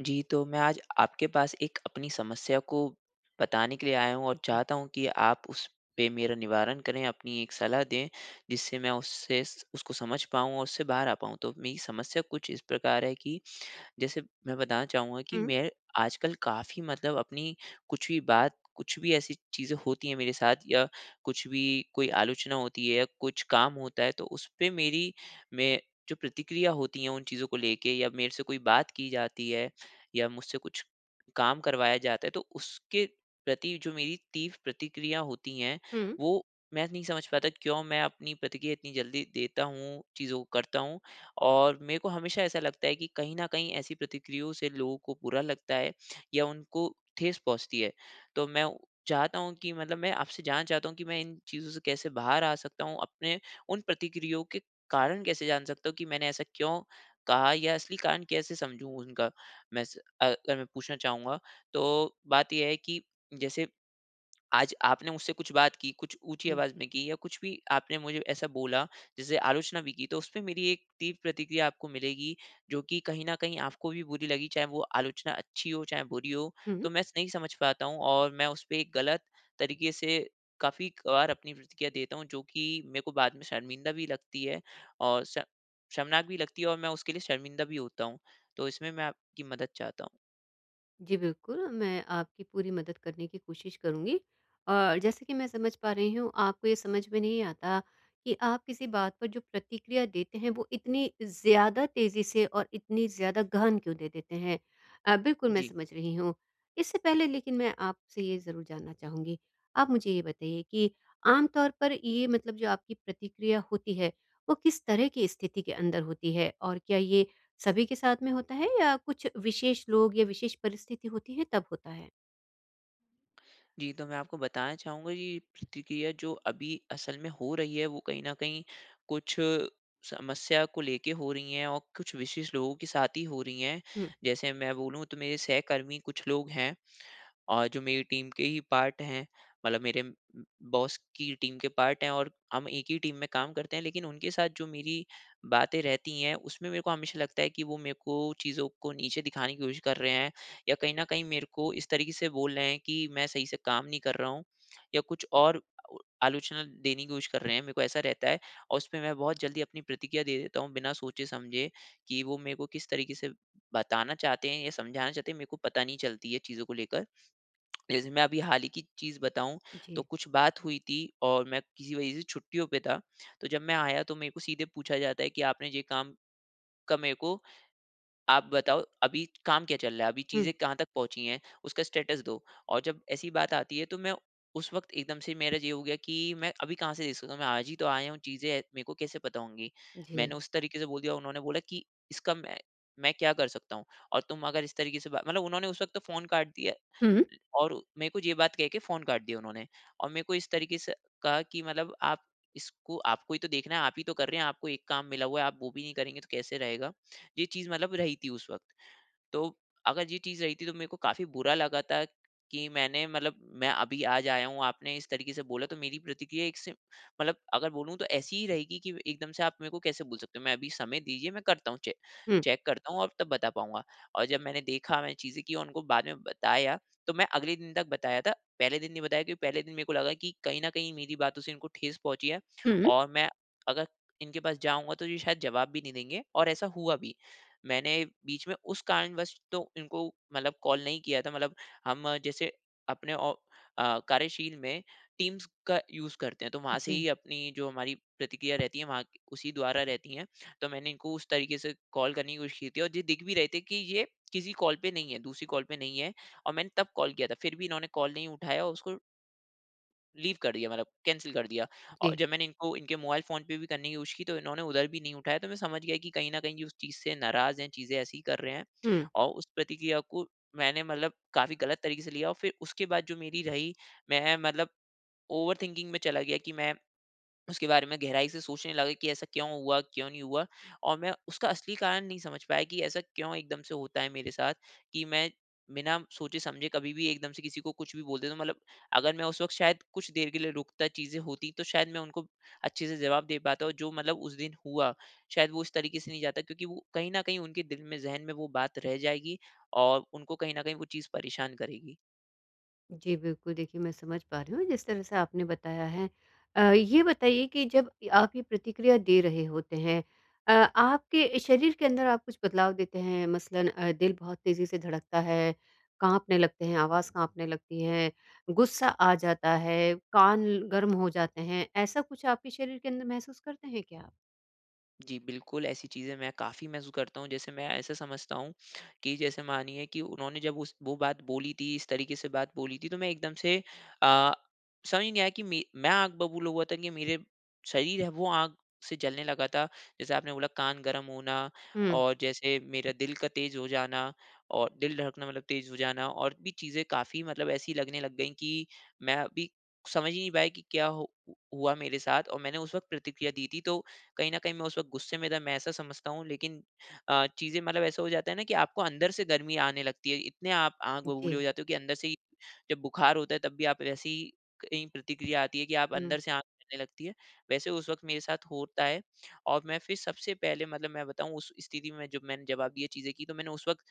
जी, तो मैं आज आपके पास एक अपनी समस्या को बताने के लिए आया हूँ और चाहता हूँ कि आप उस पे मेरा निवारण करें, अपनी एक सलाह दें, जिससे मैं उससे स उसको समझ पाऊँ और उससे बाहर आ पाऊँ। तो मेरी समस्या कुछ इस प्रकार है कि जैसे मैं बताना चाहूँगा कि हुँ, मैं आजकल काफ़ी मतलब अपनी कुछ भी बात, कुछ भी ऐसी चीज़ें होती हैं मेरे साथ, या कुछ भी कोई आलोचना होती है या कुछ काम होता है, तो उस पे मेरी मैं जो प्रतिक्रिया होती है उन चीज़ों को लेके, या मेरे से कोई बात की जाती है या मुझसे कुछ काम करवाया जाता है, तो उसके प्रति जो मेरी तीव्र प्रतिक्रिया होती हैं, हुँ। वो मैं नहीं समझ पाता क्यों मैं अपनी प्रतिक्रिया इतनी जल्दी देता हूँ, चीज़ों को करता हूँ। और मेरे को हमेशा ऐसा लगता है कि कहीं न कहीं ऐसी प्रतिक्रियाओं से लोगों को बुरा लगता है या उनको ठेस पहुँचती है। तो मैं चाहता हूँ कि मतलब मैं आपसे जानना चाहता हूँ कि मैं इन चीज़ों से कैसे बाहर आ सकता हूँ? अपने उन प्रतिक्रियाओं के कारण कैसे जान सकता हूँ कि मैंने ऐसा क्यों कहा, या असली कारण कैसे समझूँ उनका? मैं स अगर मैं पूछना चाहूँगा, तो बात ये है कि जैसे आज आपने मुझसे कुछ बात की, कुछ ऊँची जी। आवाज़ में की या कुछ भी आपने मुझे ऐसा बोला, जिससे आलोचना भी की, तो उसपे मेरी एक तीव्र प्रतिक्रिया आपको मिलेगी, जो कि कहीं न कहीं आपको भी बुरी लगी, चाहे वो आलोचना अच्छी हो, चाहे बुरी हो। हुँ। तो मैं स नहीं समझ पाता हूँ, और मैं उसपे एक गलत तरीके से काफ़ी कभार अपनी प्रतिक्रिया देता हूँ, जो कि मेरे को बाद में शर्मिंदा भी लगती है और श शर्मनाक भी लगती है, और मैं उसके लिए शर्मिंदा भी होता हूँ। तो इसमें मैं आपकी मदद चाहता हूँ। जी, बिल्कुल, मैं आपकी पूरी मदद करने की कोशिश करूँगी। और जैसे कि मैं समझ पा रही हूँ, आपको ये समझ में नहीं आता कि आप किसी बात पर जो प्रतिक्रिया देते हैं, वो इतनी ज़्यादा तेज़ी से और इतनी ज़्यादा गहन क्यों दे देते हैं। बिल्कुल, मैं जी। समझ रही हूँ। इससे पहले लेकिन मैं आपसे ये ज़रूर जानना चाहूँगी, आप मुझे ये बताइए कि आम तौर पर ये मतलब जो आपकी प्रतिक्रिया होती है, वो किस तरह की स्थिति के अंदर होती है? और क्या ये सभी के साथ में होता है या कुछ विशेष लोग या विशेष परिस्थिति होती है तब होता है? जी, तो मैं आपको बताना चाहूँगा कि प्रतिक्रिया जो अभी असल में हो रही है, वो कहीं न कहीं कुछ समस्या को लेके हो रही हैं, और कुछ विशेष लोगों के साथ ही हो रही हैं। हुँ, जैसे मैं बोलूँ, तो मेरे सहकर्मी कुछ लोग हैं, और जो मेरी टीम के ही पार्ट हैं, मतलब मेरे बॉस की टीम के पार्ट हैं और हम एक ही टीम में काम करते हैं, लेकिन उनके साथ जो मेरी बातें रहती हैं, उसमें मेरे को हमेशा लगता है कि वो मेरे को चीज़ों को नीचे दिखाने की कोशिश कर रहे हैं, या कहीं न कहीं मेरे को इस तरीके से बोल रहे हैं कि मैं सही से काम नहीं कर रहा हूँ, या कुछ और आलोचना देने की कोशिश कर रहे हैं, मेरे को ऐसा रहता है। और उसपे मैं बहुत जल्दी अपनी प्रतिक्रिया दे देता हूँ बिना सोचे-समझे, कि वो मेरे को किस तरीके से बताना चाहते हैं या समझाना चाहते हैं, मेरे को पता नहीं चलती है चीज़ों को लेकर। जैसे मैं अभी हाल ही की चीज़ बताऊँ, तो जी। कुछ बात हुई थी और मैं किसी वजह से छुट्टियों पे था। तो जब मैं आया, तो मेरे को सीधे पूछा जाता है कि आपने ये काम का, मेरे को आप बताओ अभी काम क्या चल रहा है? अभी हुँ, चीज़ें कहाँ तक पहुँची हैं? उसका स्टेटस दो। और जब ऐसी बात आती है, तो मैं उस वक़्त एकदम से मेरा ये हो गया कि मैं अभी कहाँ से दे सकता हूँ? मैं आज ही तो आया हूँ, चीज़ें मेरे को कैसे पता होंगी? जी। मैंने उस तरीके से बोल दिया। उन्होंने बोला कि इसका मैं क्या कर सकता हूँ? और तुम अगर इस तरीके से बा मतलब उन्होंने उस वक़्त तो फ़ोन काट दिया। हुँ, और मेरे को ये बात कह के फ़ोन काट दिया उन्होंने, और मेरे को इस तरीके से कहा कि मतलब आप इसको, आपको ही तो देखना है, आप ही तो कर रहे हैं, आपको एक काम मिला हुआ है, आप वो भी नहीं करेंगे तो कैसे रहेगा? ये चीज़ मतलब रही थी उस वक़्त। तो अगर ये चीज़ रही थी, तो मेरे को काफ़ी बुरा लगा था कि मैंने मतलब, मैं अभी आज आया हूँ, आपने इस तरीके से बोला, तो मेरी प्रतिक्रिया एक से मतलब अगर बोलूँ तो ऐसी ही रहेगी कि एकदम से आप मेरे को कैसे बोल सकते हो, मैं अभी समय दीजिए, मैं करता हूँ चेक, हुँ, करता हूँ और तब बता पाऊंगा। और जब मैंने देखा, मैंने चीज़ें की और उनको बाद में बताया, तो मैं अगले दिन तक बताया था। पहले दिन नहीं बताया, क्योंकि पहले दिन मेरे को लगा कि कहीं ना कहीं मेरी बातों से इनको ठेस पहुंची है, हुँ, और मैं अगर इनके पास जाऊंगा तो ये शायद जवाब भी नहीं देंगे, और ऐसा हुआ भी। मैंने बीच में उस कारणवश तो इनको मतलब कॉल नहीं किया था, मतलब हम जैसे अपने कार्यशील में टीम्स का यूज़ करते हैं, तो वहाँ से ही जी, अपनी जो हमारी प्रतिक्रिया रहती है उसी द्वारा रहती हैं। तो मैंने इनको उस तरीके से कॉल करने की कोशिश की थी, और ये दिख भी रहे थे कि ये किसी कॉल पे नहीं है, दूसरी कॉल पे नहीं है, और मैंने तब कॉल किया था, फिर भी इन्होंने कॉल नहीं उठाया और उसको लीव कर दिया, मतलब कैंसल कर दिया। और जी। जब मैंने इनको इनके मोबाइल फ़ोन पे भी करने की कोशिश की, तो इन्होंने उधर भी नहीं उठाया, तो मैं समझ गया कि कहीं न कहीं ये उस चीज़ से नाराज़ हैं, चीज़ें ऐसी ही कर रहे हैं। हुँ। और उस प्रतिक्रिया को मैंने मतलब काफ़ी गलत तरीके से लिया, और फिर उसके बाद जो मेरी रही, मैं मतलब ओवरथिंकिंग में चला गया, कि मैं उसके बारे में गहराई से सोचने लगा कि ऐसा क्यों हुआ, क्यों नहीं हुआ? और मैं उसका असली कारण नहीं समझ पाया कि ऐसा क्यों एकदम से होता है मेरे साथ, कि मैं बिना सोचे-समझे कभी भी एकदम से किसी को कुछ भी बोल देता हूँ। मतलब अगर मैं उस वक़्त शायद कुछ देर के लिए रुकता, चीज़ें होती, तो शायद मैं उनको अच्छे से जवाब दे पाता, और जो मतलब उस दिन हुआ, शायद वो इस तरीके से नहीं जाता, क्योंकि वो कहीं न कहीं उनके दिल में, ज़हन में वो बात रह जाएगी, और उनको कहीं न कहीं वो चीज़ परेशान करेगी। जी, बिल्कुल देखिए मैं समझ पा रही हूँ जिस तरह से आपने बताया है। ये बताइए कि जब आप ये प्रतिक्रिया दे रहे होते हैं आपके शरीर के अंदर आप कुछ बदलाव देते हैं? मसलन दिल बहुत तेज़ी से धड़कता है, काँपने लगते हैं, आवाज़ काँपने लगती है, गुस्सा आ जाता है, कान गर्म हो जाते हैं, ऐसा कुछ आपके शरीर के अंदर महसूस करते हैं क्या आप? जी, बिल्कुल ऐसी चीज़ें मैं काफ़ी महसूस करता हूँ। जैसे मैं ऐसा समझता हूँ कि जैसे मानिए कि उन्होंने जब उस वो बात बोली थी, इस तरीके से बात बोली थी, तो मैं एकदम से अ, समझ नहीं आया कि मे मैं आग बबूल हुआ था कि मेरे शरीर है वो आग से जलने लगा था। जैसे आपने बोला कान गरम होना, हुँ, और जैसे मेरा दिल का तेज़ हो जाना और दिल धड़कना, मतलब तेज़ हो जाना, और भी चीज़ें काफ़ी मतलब ऐसी लगने लग गई कि मैं अभी समझ ही नहीं पाया कि क्या हो हुआ मेरे साथ, और मैंने उस वक़्त प्रतिक्रिया दी थी, तो कहीं न कहीं मैं उस वक़्त गुस्से में था, मैं ऐसा समझता हूँ। लेकिन चीज़ें मतलब ऐसा हो जाता है ना कि आपको अंदर से गर्मी आने लगती है। इतने आप आग जी। बबूले हो जाते हो कि अंदर से ही, जब बुखार होता है तब भी आप वैसी ही कहीं प्रतिक्रिया आती है, कि आप हुँ, अंदर से आग चढ़ने लगती है। वैसे उस वक़्त मेरे साथ होता है, और मैं फिर सबसे पहले मतलब, मैं बताऊँ उस स्थिति में जब मैंने जवाब दिए, चीज़ें की, तो मैंने उस वक़्त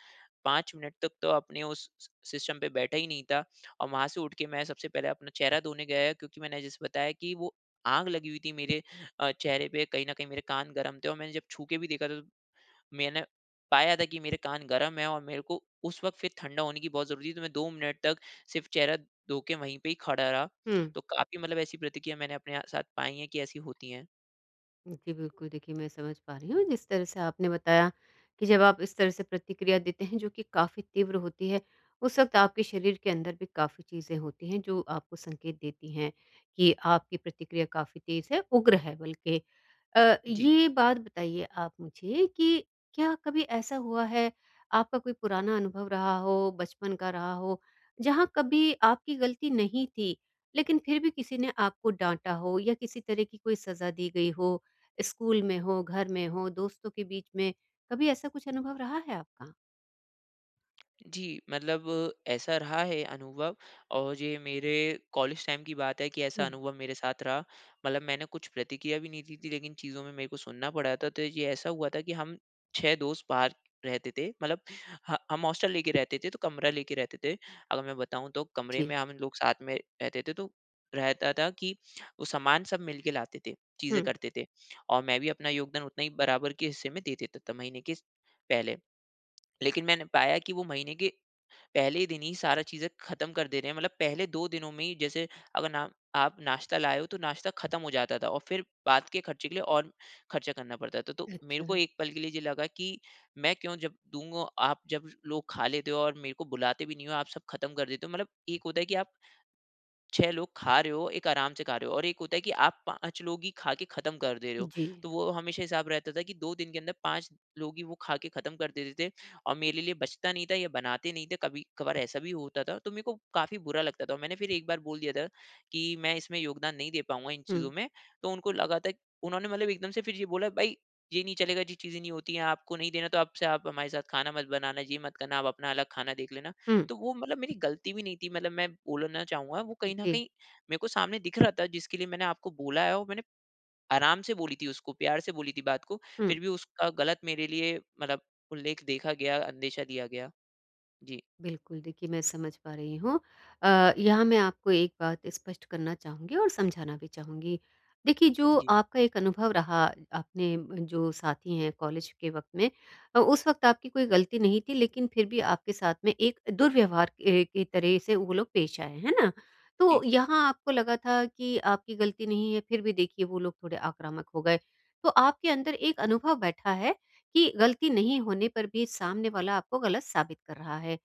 5 मिनट तक तो अपने उस सिस्टम पे बैठा ही नहीं था, और वहाँ से उठ के मैं सबसे पहले अपना चेहरा धोने गया, क्योंकि मैंने जैसे बताया कि वो आग लगी हुई थी मेरे चेहरे पे। कहीं न कहीं मेरे कान गरम थे, और मैंने जब छू के भी देखा, तो मैंने पाया था कि मेरे कान गरम है, और मेरे को उस वक़्त फिर ठंडा होने की बहुत ज़रूरत थी, तो मैं 2 मिनट तक सिर्फ़ चेहरा धो के वहीं पे ही खड़ा रहा। हुँ। तो काफ़ी मतलब ऐसी प्रतिक्रिया मैंने अपने साथ पाई हैं कि ऐसी होती हैं। जी, बिल्कुल देखिए मैं समझ पा रही हूँ जिस तरह से आपने बताया कि जब आप इस तरह से प्रतिक्रिया देते हैं जो कि काफ़ी तीव्र होती है, उस वक़्त आपके शरीर के अंदर भी काफ़ी चीज़ें होती हैं जो आपको संकेत देती हैं कि आपकी प्रतिक्रिया काफ़ी तेज़ है, उग्र है बल्कि। जी। ये बात बताइए आप मुझे कि क्या कभी ऐसा हुआ है, आपका कोई पुराना अनुभव रहा हो, बचपन का रहा हो, जहाँ कभी आपकी गलती नहीं थी, लेकिन फिर भी किसी ने आपको डाँटा हो या किसी तरह की कोई सज़ा दी गई हो, स्कूल में हो, घर में हो, दोस्तों के बीच में, कभी ऐसा कुछ अनुभव रहा है आपका? जी, मतलब ऐसा रहा है अनुभव, और ये मेरे कॉलेज टाइम की बात है, कि ऐसा हुँ, अनुभव मेरे साथ रहा। मतलब मैंने कुछ प्रतिक्रिया भी नहीं दी थी, लेकिन चीज़ों में मेरे को सुनना पड़ा था। तो ये ऐसा हुआ था कि हम 6 दोस्त बाहर रहते थे। मतलब ह हम हॉस्टल लेके रहते थे, तो कमरा लेके रहते थे। अगर मैं बताऊँ, तो कमरे में जी, हम लोग साथ में रहते थे, तो रहता था कि वो सामान सब मिल के लाते थे, चीज़ें हुँ, करते थे। और मैं भी अपना योगदान उतना ही बराबर के हिस्से में दे देता था, महीने के पहले। लेकिन मैंने पाया कि वो महीने के पहले दिन ही सारा चीज़ें ख़त्म कर दे रहे हैं। मतलब पहले 2 दिनों में ही, जैसे अगर ना आप नाश्ता लाए हो तो नाश्ता ख़त्म हो जाता था, और फिर बाद के खर्चे के लिए और खर्चा करना पड़ता था। तो मेरे को अच्छा, एक पल के लिए ये लगा कि मैं क्यों जब दूँगा, आप जब लोग खा लेते हो और मेरे को बुलाते भी नहीं हो, आप सब ख़त्म कर देते हो। मतलब एक होता है कि आप 6 लोग खा रहे हो, एक आराम से खा रहे हो, और एक होता है कि आप 5 लोग ही खा के खत्म कर दे रहे हो। जी, तो वो हमेशा हिसाब रहता था कि 2 दिन के अंदर 5 लोग ही वो खा के खत्म कर देते थे, और मेरे लिए बचता नहीं था या बनाते नहीं थे, कभी-कभार ऐसा भी होता था, तो मेरे को काफ़ी बुरा लगता था, और मैंने फिर एक बार बोल दिया था कि मैं इसमें योगदान नहीं दे पाऊँगा इन चीज़ों हुँ, में। तो उनको लगा था, उन्होंने मतलब एकदम से फिर ये बोला, "भई, ये नहीं चलेगा, ये चीज़ें नहीं होती हैं, आपको नहीं देना तो अब से आप हमारे साथ खाना मत बनाना, ये मत करना, आप अपना अलग खाना देख लेना।" हुँ, तो वो मतलब मेरी गलती भी नहीं थी, मतलब मैं बोलना चाहूँगा। वो कहीं न जी, कहीं मेरे को सामने दिख रहा था, जिसके लिए मैंने आपको बोला है, और मैंने आराम से बोली थी उसको, प्यार से बोली थी बात को, हुँ। फिर भी उसका गलत मेरे लिए मतलब उल्लेख देखा गया, अंदेशा दिया गया। जी, बिल्कुल, देखिए मैं समझ पा रही हूँ। यहाँ मैं आपको एक बात स्पष्ट करना चाहूँगी और समझाना भी चाहूँगी। देखिए जो जी, आपका एक अनुभव रहा आपने जो साथी हैं कॉलेज के वक़्त में उस वक़्त आपकी कोई गलती नहीं थी लेकिन फिर भी आपके साथ में एक दुर्व्यवहार ए की तरह से वो लोग पेश आए, है ना? तो जी, यहाँ आपको लगा था कि आपकी गलती नहीं है, फिर भी देखिए वो लोग थोड़े आक्रामक हो गए। तो आपके अंदर एक अनुभव बैठा है कि गलती नहीं होने पर भी सामने वाला आपको गलत साबित कर रहा है।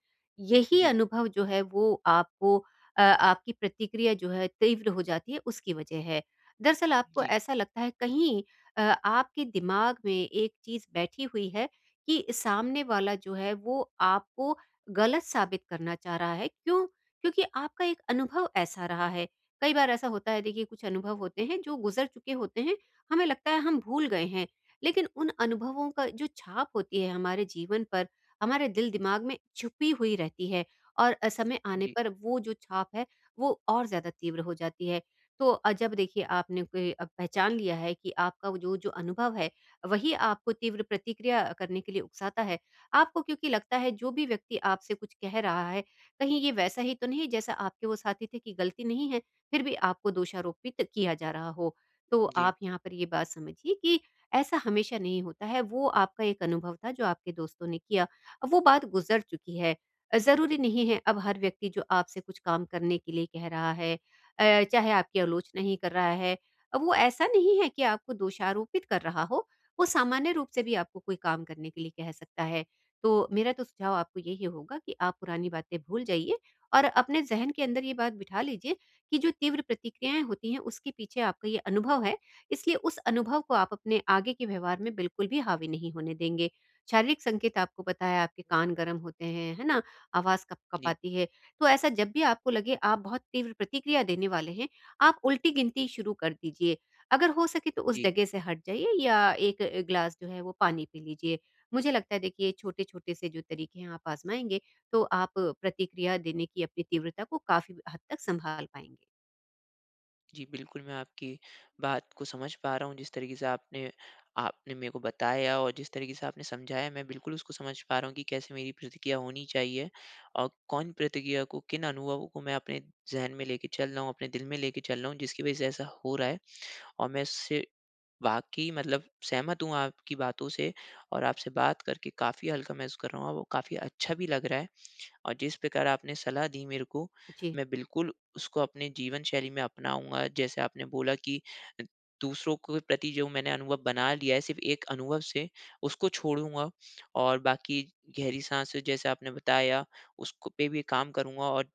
यही जी, अनुभव जो है वो आपको आपकी प्रतिक्रिया जो है तीव्र हो जाती है उसकी वजह है। दरअसल आपको जी, ऐसा लगता है कहीं आपके दिमाग में एक चीज़ बैठी हुई है कि सामने वाला जो है वो आपको गलत साबित करना चाह रहा है। क्यों? क्योंकि आपका एक अनुभव ऐसा रहा है। कई बार ऐसा होता है देखिए कुछ अनुभव होते हैं जो गुज़र चुके होते हैं, हमें लगता है हम भूल गए हैं। लेकिन उन अनुभवों का जो छाप होती है हमारे जीवन पर हमारे दिल-दिमाग में छुपी हुई रहती है और समय आने जी, पर वो जो छाप है, वो और ज़्यादा तीव्र हो जाती है। तो जब देखिए आपने कोई पहचान लिया है कि आपका वो जो जो अनुभव है, वही आपको तीव्र प्रतिक्रिया करने के लिए उकसाता है, आपको क्योंकि लगता है जो भी व्यक्ति आपसे कुछ कह रहा है, कहीं ये वैसा ही तो नहीं जैसा आपके वो साथी थे कि गलती नहीं है, फिर भी आपको दोषारोपित किया जा रहा हो। तो जी, आप यहाँ पर ये बात समझिए कि ऐसा हमेशा नहीं होता है, वो आपका एक अनुभव था जो आपके दोस्तों ने किया। वो बात गुजर चुकी है। ज़रूरी नहीं है अब हर व्यक्ति जो आपसे कुछ काम करने के लिए कह रहा है चाहे आपकी आलोचना ही कर रहा है, वो ऐसा नहीं है कि आपको दोषारोपित कर रहा हो, वो सामान्य रूप से भी आपको कोई काम करने के लिए कह सकता है। तो मेरा तो सुझाव आपको यही होगा कि आप पुरानी बातें भूल जाइए और अपने ज़हन के अंदर ये बात बिठा लीजिए कि जो तीव्र प्रतिक्रियाएँ होती हैं, उसके पीछे आपका ये अनुभव है, इसलिए उस अनुभव को आप अपने आगे के व्यवहार में बिल्कुल भी हावी नहीं होने देंगे। शारीरिक संकेत आपको पता है, आपके कान गर्म होते हैं, है ना? आवाज़ जी, कँप-कँपाती है। तो ऐसा जब भी आपको लगे आप बहुत तीव्र प्रतिक्रिया देने वाले हैं, आप उल्टी गिनती शुरू कर दीजिए। अगर हो सके तो उस जी। जगह से हट जाइए या एक ग्लास जो है वो पानी पी लीजिए। मुझे लगता है देखिए छोटे-छोटे से जो तरीके हैं आप आज़माएँगे, तो आप प्रतिक्रिया देने की अपनी तीव्रता को काफ़ी हद तक सँभाल पाएँगे। जी, बिल्कुल, मैं आपकी बात को समझ पा रहा हूँ, जिस तरीके से आपने आपने मेरे को बताया और जिस तरीके से आपने समझाया, मैं बिल्कुल उसको समझ पा रहा हूँ कि कैसे मेरी प्रतिक्रिया होनी चाहिए और कौन प्रतिक्रिया को, किन अनुभवों को मैं अपने ज़हन में लेके चल रहा हूँ, अपने दिल में लेके चल रहा हूँ, जिसकी वज़ह से ऐसा हो रहा है, और मैं इससे वाक़ई मतलब सहमत हूँ आपकी बातों से, और आपसे बात करके काफ़ी हल्का महसूस कर रहा हूँ, और वो काफ़ी अच्छा भी लग रहा है। और जिस प्रकार आपने सलाह दी मेरे को, जी, मैं बिल्कुल उसको अपने जीवन शैली में अपनाऊँगा। जैसे आपने बोला कि अ, दूसरों के प्रति जो मैंने अनुभव बना लिया है सिर्फ़ एक अनुभव से, उसको छोड़ूँगा, और बाकी गहरी साँस जैसे आपने बताया, उसको पे भी काम करूँगा, और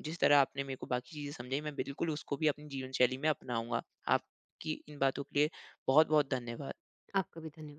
जिस तरह आपने मेरे को बाकी चीज़ें समझाई, मैं बिल्कुल उसको भी अपनी जीवन शैली में अपनाऊँगा। आपकी इन बातों के लिए बहुत-बहुत धन्यवाद। आपका भी धन्य